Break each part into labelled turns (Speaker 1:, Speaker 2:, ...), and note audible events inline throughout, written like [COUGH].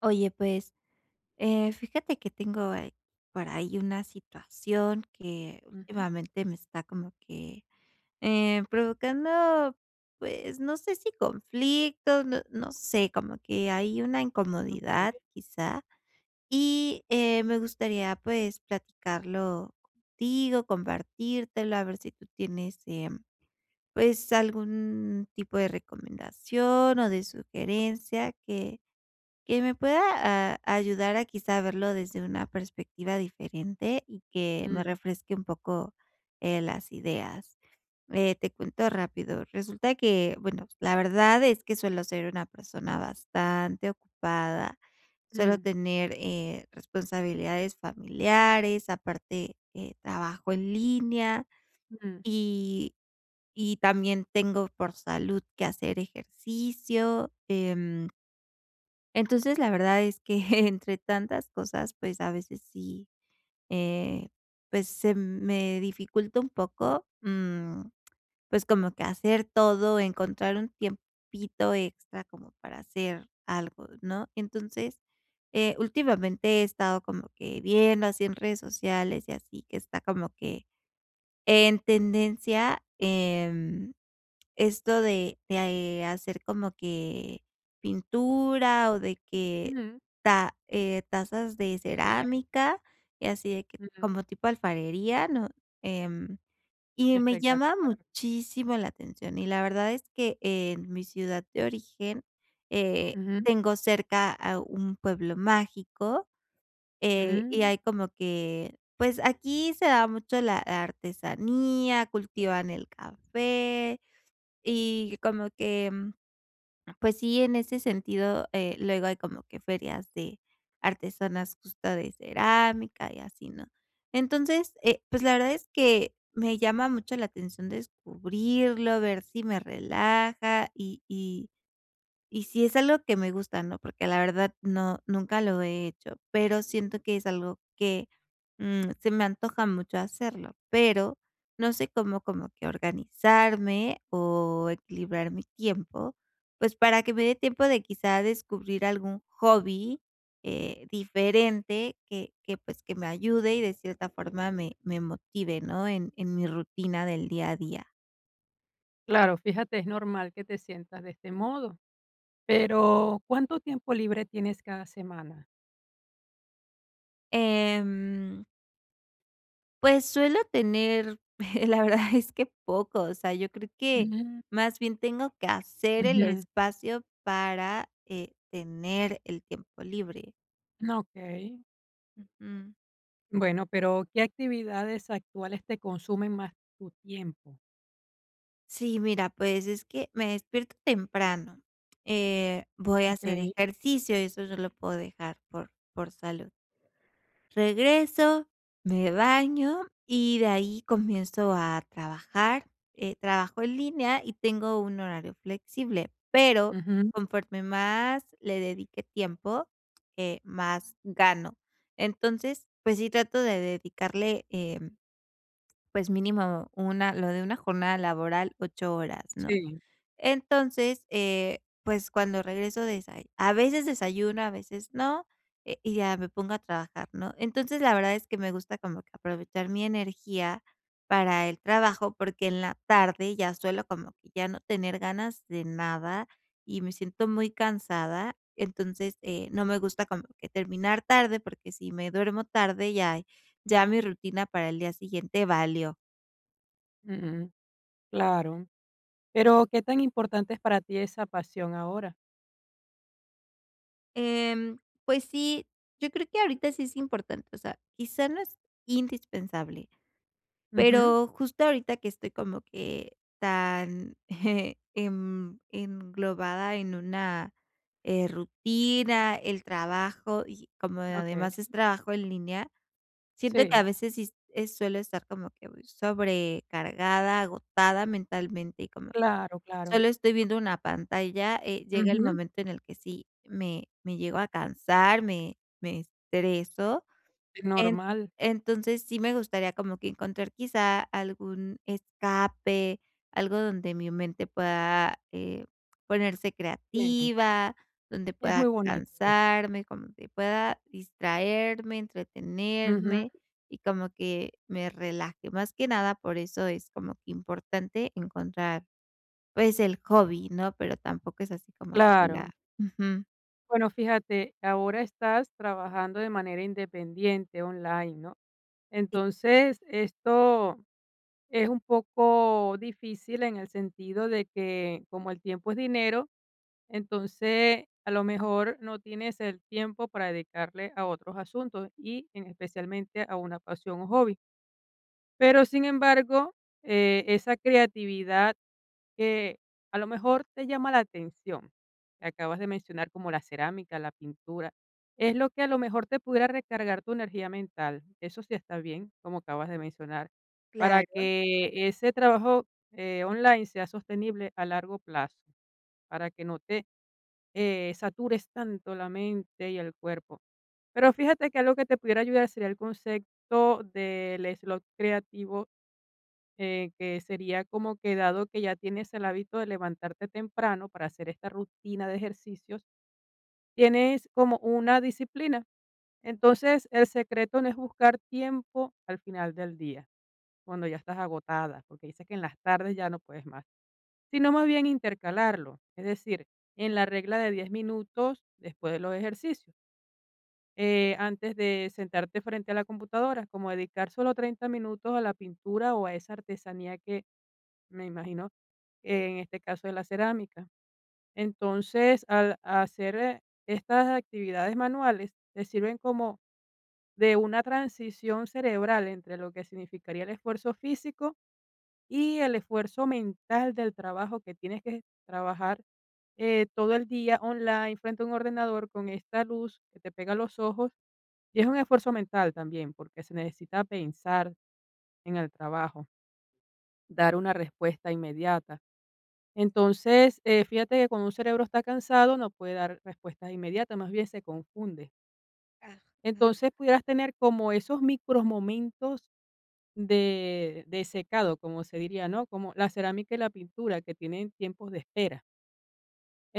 Speaker 1: Oye, pues, fíjate que tengo, por ahí una situación que
Speaker 2: Ujú,
Speaker 1: últimamente me está como que, provocando, pues, no sé si conflicto, no sé, como que hay una incomodidad,
Speaker 2: okey.
Speaker 1: quizá, y, me gustaría, pues, platicarlo contigo, compartírtelo, a ver si tú tienes, pues, algún tipo de recomendación o de sugerencia que me pueda a ayudar a quizá verlo desde una perspectiva diferente y que me
Speaker 2: Mm,
Speaker 1: refresque un poco, las ideas. Te cuento rápido, resulta que, bueno, la verdad es que suelo ser una persona bastante ocupada, suelo
Speaker 2: mm,
Speaker 1: tener, responsabilidades familiares, aparte, trabajo en línea
Speaker 2: mm,
Speaker 1: y también tengo por salud que hacer ejercicio, entonces, la verdad es que [LAUGHS] entre tantas cosas, pues, a veces sí, eh, pues, se me dificulta un poco, mm, pues, como que hacer todo, encontrar un tiempito extra como para hacer algo, ¿no? Entonces, últimamente he estado como que viendo así en redes sociales y así, que está como que en tendencia, esto de hacer como que pintura o de que
Speaker 2: mm,
Speaker 1: ta tazas de
Speaker 2: excelente,
Speaker 1: cerámica y así de que
Speaker 2: mm,
Speaker 1: como tipo alfarería, ¿no? Em, y me llama
Speaker 2: espectacular.
Speaker 1: muchísimo la atención, y la verdad es que en mi ciudad de origen, eh,
Speaker 2: Ujú,
Speaker 1: tengo cerca a un pueblo mágico, y
Speaker 2: mm,
Speaker 1: hay como que, pues, aquí se da mucho la artesanía, cultivan el café, y como que, mm, pues sí, en ese sentido, luego hay como que ferias de artesanas justo de cerámica y así, ¿no? Entonces, pues la verdad es que me llama mucho la atención descubrirlo, ver si me relaja y, y sí es algo que me gusta, ¿no? Porque la verdad no, nunca lo he hecho, pero siento que es algo que mm, se me antoja mucho hacerlo, pero no sé cómo como que organizarme o equilibrar mi tiempo, pues para que me dé tiempo de quizá descubrir algún hobby diferente que pues que me ayude y de cierta forma me, me motive, ¿no? En mi rutina del día a día.
Speaker 2: claro, fíjate, es normal que te sientas de este modo, pero, ¿cuánto tiempo libre tienes cada semana?
Speaker 1: Em, Pues, suelo tener, [LAUGHS] la verdad es que poco, o sea, yo creo que
Speaker 2: Mm,
Speaker 1: más bien tengo que hacer el
Speaker 2: ujú,
Speaker 1: espacio para, tener el tiempo libre.
Speaker 2: okey.
Speaker 1: Ujú.
Speaker 2: Bueno, pero, ¿qué actividades actuales te consumen más tu tiempo?
Speaker 1: Sí, mira, pues, es que me despierto temprano, voy a hacer
Speaker 2: Okey.
Speaker 1: ejercicio, eso yo lo puedo dejar por salud. Regreso, me baño y de ahí comienzo a trabajar. Trabajo en línea y tengo un horario flexible, pero
Speaker 2: Ujú,
Speaker 1: conforme más le dedique tiempo, más gano. Entonces, pues sí trato de dedicarle, pues mínimo una, lo de una jornada laboral, 8 horas, ¿no?
Speaker 2: sí,
Speaker 1: Entonces, pues, cuando regreso desay a veces desayuno, a veces no, y ya me pongo a trabajar, ¿no? Entonces, la verdad es que me gusta como que aprovechar mi energía para el trabajo, porque en la tarde ya suelo como que ya no tener ganas de nada y me siento muy cansada. Entonces, no me gusta como que terminar tarde, porque si me duermo tarde, ya mi rutina para el día siguiente valió.
Speaker 2: ujú, claro. Pero, ¿qué tan importante es para ti esa pasión ahora?
Speaker 1: Em, pues sí, yo creo que ahorita sí es importante, o sea, quizá no es indispensable,
Speaker 2: Ujú,
Speaker 1: pero justo ahorita que estoy como que tan [LAUGHS] englobada en una rutina, el trabajo y como
Speaker 2: okey,
Speaker 1: además es trabajo en línea, siento que a
Speaker 2: sí,
Speaker 1: veces sí suelo estar como que muy sobrecargada, agotada mentalmente y como
Speaker 2: claro, claro.
Speaker 1: solo estoy viendo una pantalla, llega el
Speaker 2: Ujú,
Speaker 1: momento en el que sí me llego a cansar, me estreso.
Speaker 2: es
Speaker 1: En
Speaker 2: normal,
Speaker 1: entonces, sí me gustaría como que encontrar quizá algún escape, algo donde mi mente pueda, ponerse
Speaker 2: sí,
Speaker 1: creativa, donde
Speaker 2: es
Speaker 1: pueda
Speaker 2: muy bonito eso.
Speaker 1: cansarme, como que pueda distraerme,
Speaker 2: Ujú,
Speaker 1: entretenerme y como que me relaje. Más que nada, por eso es como que importante encontrar pues el hobby, ¿no? Pero tampoco es así como que diga
Speaker 2: claro.
Speaker 1: ujú.
Speaker 2: Bueno, fíjate, ahora estás trabajando de manera independiente online, ¿no?
Speaker 1: Sí.
Speaker 2: Entonces, esto es un poco difícil en el sentido de que como el tiempo es dinero, entonces a lo mejor no tienes el tiempo para dedicarle a otros asuntos y en especialmente a una pasión o hobby. Pero sin embargo, esa creatividad que a lo mejor te llama la atención, que acabas de mencionar como la cerámica, la pintura, es lo que a lo mejor te pudiera recargar tu energía mental. Eso sí está bien, como acabas de mencionar, para
Speaker 1: Claro,
Speaker 2: que ese trabajo online sea sostenible a largo plazo, para que no te satures tanto la mente y el cuerpo. Pero fíjate que algo que te pudiera ayudar sería el concepto del slot creativo que sería como que dado que ya tienes el hábito de levantarte temprano para hacer esta rutina de ejercicios, tienes como una disciplina. Entonces, el secreto no es buscar tiempo al final del día, cuando ya estás agotada, porque dices que en las tardes ya no puedes más, sino más bien intercalarlo, es decir, en la regla de 10 minutos después de los ejercicios. Antes de sentarte frente a la computadora, como dedicar solo 30 minutos a la pintura o a esa artesanía me imagino, en este caso de la cerámica. Entonces, al hacer, estas actividades manuales, te sirven como de una transición cerebral entre lo que significaría el esfuerzo físico y el esfuerzo mental del trabajo que tienes que trabajar, todo el día online frente a un ordenador con esta luz que te pega a los ojos, y es un esfuerzo mental también, porque se necesita pensar en el trabajo, dar una respuesta inmediata. Entonces, fíjate que cuando un cerebro está cansado no puede dar respuestas inmediatas, más bien se confunde.
Speaker 1: aj aj
Speaker 2: Entonces, pudieras tener como esos micromomentos de secado, como se diría, ¿no? Como la cerámica y la pintura que tienen tiempos de espera.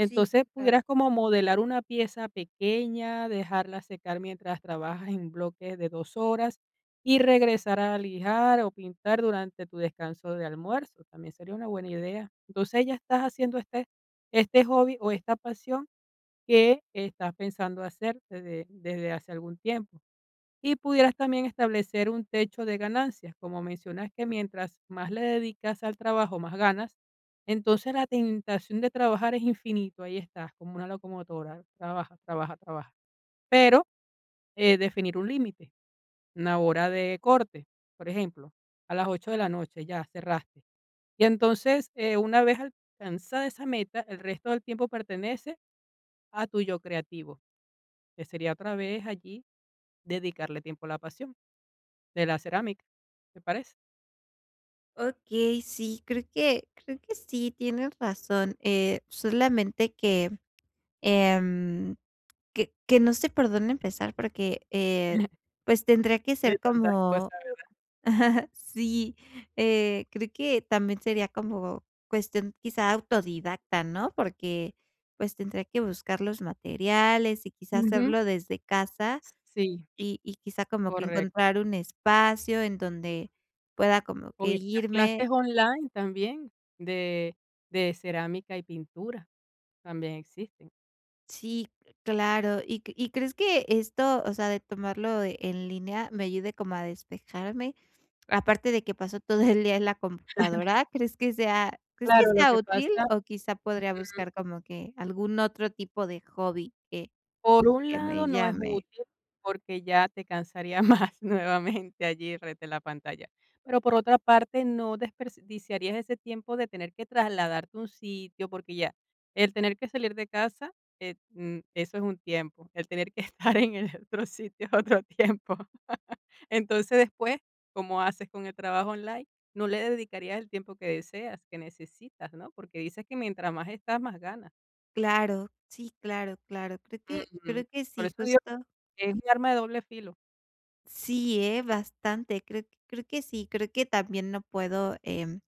Speaker 1: sí, claro.
Speaker 2: pudieras como modelar una pieza pequeña, dejarla secar mientras trabajas en bloques de 2 horas y regresar a lijar o pintar durante tu descanso de almuerzo, también sería una buena idea. Entonces, ya estás haciendo este este hobby o esta pasión que estás pensando hacer desde desde hace algún tiempo. Y pudieras también establecer un techo de ganancias, como mencionas que mientras más le dedicas al trabajo, más ganas. Entonces la tentación de trabajar es infinito, ahí estás, como una locomotora, trabaja, trabaja, trabaja. Pero definir un límite, una hora de corte, por ejemplo, a las 8 de la noche ya cerraste. Y entonces, una vez alcanzada esa meta, el resto del tiempo pertenece a tu yo creativo, que sería otra vez allí dedicarle tiempo a la pasión de la cerámica, ¿te parece?
Speaker 1: Okey, sí, creo que sí, tienes razón, solamente que, em, que no sé por dónde empezar porque, pues tendría que
Speaker 2: Hay
Speaker 1: ser
Speaker 2: tantas cosas,
Speaker 1: como
Speaker 2: ¿verdad?
Speaker 1: [LAUGHS] sí, creo que también sería como cuestión quizá autodidacta, ¿no? Porque, pues, tendría que buscar los materiales y quizá
Speaker 2: Ujú.
Speaker 1: hacerlo desde casa.
Speaker 2: Sí,
Speaker 1: Y quizá como que
Speaker 2: correcto.
Speaker 1: encontrar un espacio en donde pueda como
Speaker 2: O
Speaker 1: que
Speaker 2: estas
Speaker 1: irme
Speaker 2: clases online también de de cerámica y pintura, también existen.
Speaker 1: sí, claro. ¿Y y crees que esto, o sea, de tomarlo en línea me ayude como a despejarme? Aparte de que pasó todo el día en la computadora, ¿crees que sea crees que
Speaker 2: Claro, lo
Speaker 1: sea
Speaker 2: que
Speaker 1: útil
Speaker 2: pasa,
Speaker 1: o quizá podría buscar como que algún otro tipo de hobby
Speaker 2: por un
Speaker 1: que
Speaker 2: lado,
Speaker 1: me
Speaker 2: no es
Speaker 1: llame?
Speaker 2: útil, porque ya te cansaría [LAUGHS] más nuevamente allí rete la pantalla. Pero por otra parte, no desperdiciarías ese tiempo de tener que trasladarte a un sitio, porque ya el tener que salir de casa, eso es un tiempo. El tener que [LAUGHS] estar en el otro sitio es otro tiempo. Entonces, después, como haces con el trabajo online, no le dedicarías el tiempo que deseas, que necesitas, ¿no? Porque dices que mientras más estás, más ganas.
Speaker 1: Claro, sí, claro, claro. Creo que
Speaker 2: Ujú.
Speaker 1: creo que
Speaker 2: Por
Speaker 1: sí,
Speaker 2: eso digo
Speaker 1: justo
Speaker 2: que es un arma de doble filo.
Speaker 1: sí, bastante. Creo que sí, creo que también no puedo,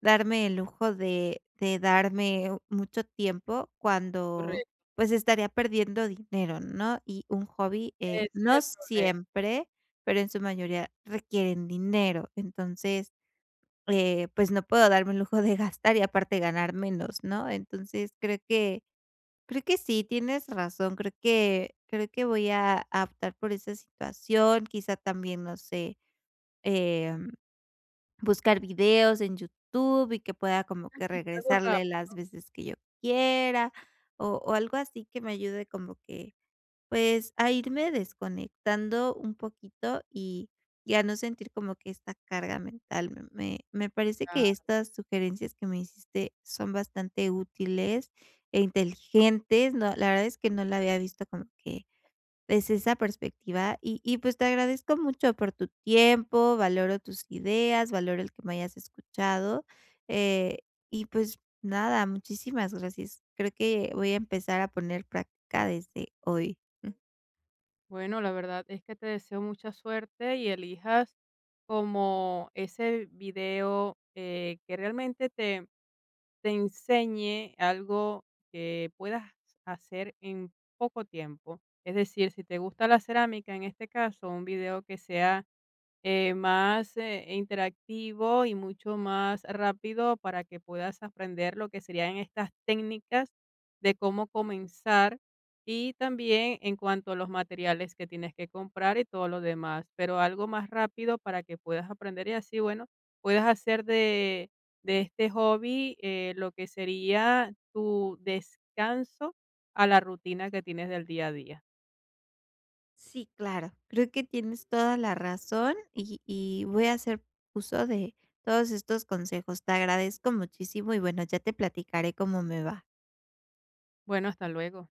Speaker 1: darme el lujo de darme mucho tiempo cuando,
Speaker 2: Correcto,
Speaker 1: pues, estaría perdiendo dinero, ¿no? Y un hobby,
Speaker 2: ese es
Speaker 1: no
Speaker 2: el problema,
Speaker 1: siempre, pero en su mayoría requieren dinero. Entonces, pues, no puedo darme el lujo de gastar y aparte ganar menos, ¿no? Entonces, creo que creo que sí, tienes razón. Creo que voy a optar por esa situación. Quizá también, no sé, em, buscar videos en YouTube y que pueda como que
Speaker 2: algo
Speaker 1: regresarle
Speaker 2: rápido.
Speaker 1: las veces que yo quiera, o algo así que me ayude como que pues, a irme desconectando un poquito y ya no sentir como que esta carga mental. Me parece que estas sugerencias que me hiciste son bastante útiles e inteligentes. No, la verdad es que no la había visto como que desde esa perspectiva y pues, te agradezco mucho por tu tiempo, valoro tus ideas, valoro el que me hayas escuchado, eh, y, pues, nada, muchísimas gracias. Creo que voy a empezar a poner práctica desde hoy.
Speaker 2: Bueno, la verdad es que te deseo mucha suerte y elijas como ese video que realmente te, te enseñe algo
Speaker 1: [LAUGHS]
Speaker 2: que puedas hacer en poco tiempo. Es decir, si te gusta la cerámica, en este caso, un video que sea más interactivo y mucho más rápido para que puedas aprender lo que serían estas técnicas de cómo comenzar y también en cuanto a los materiales que tienes que comprar y todo lo demás, pero algo más rápido para que puedas aprender y así, bueno, puedas hacer de este hobby lo que sería tu descanso a la rutina que tienes del día a día.
Speaker 1: Sí, claro. Creo que tienes toda la razón y voy a hacer uso de todos estos consejos. Te agradezco muchísimo y bueno, ya te platicaré cómo me va.
Speaker 2: Bueno, hasta luego.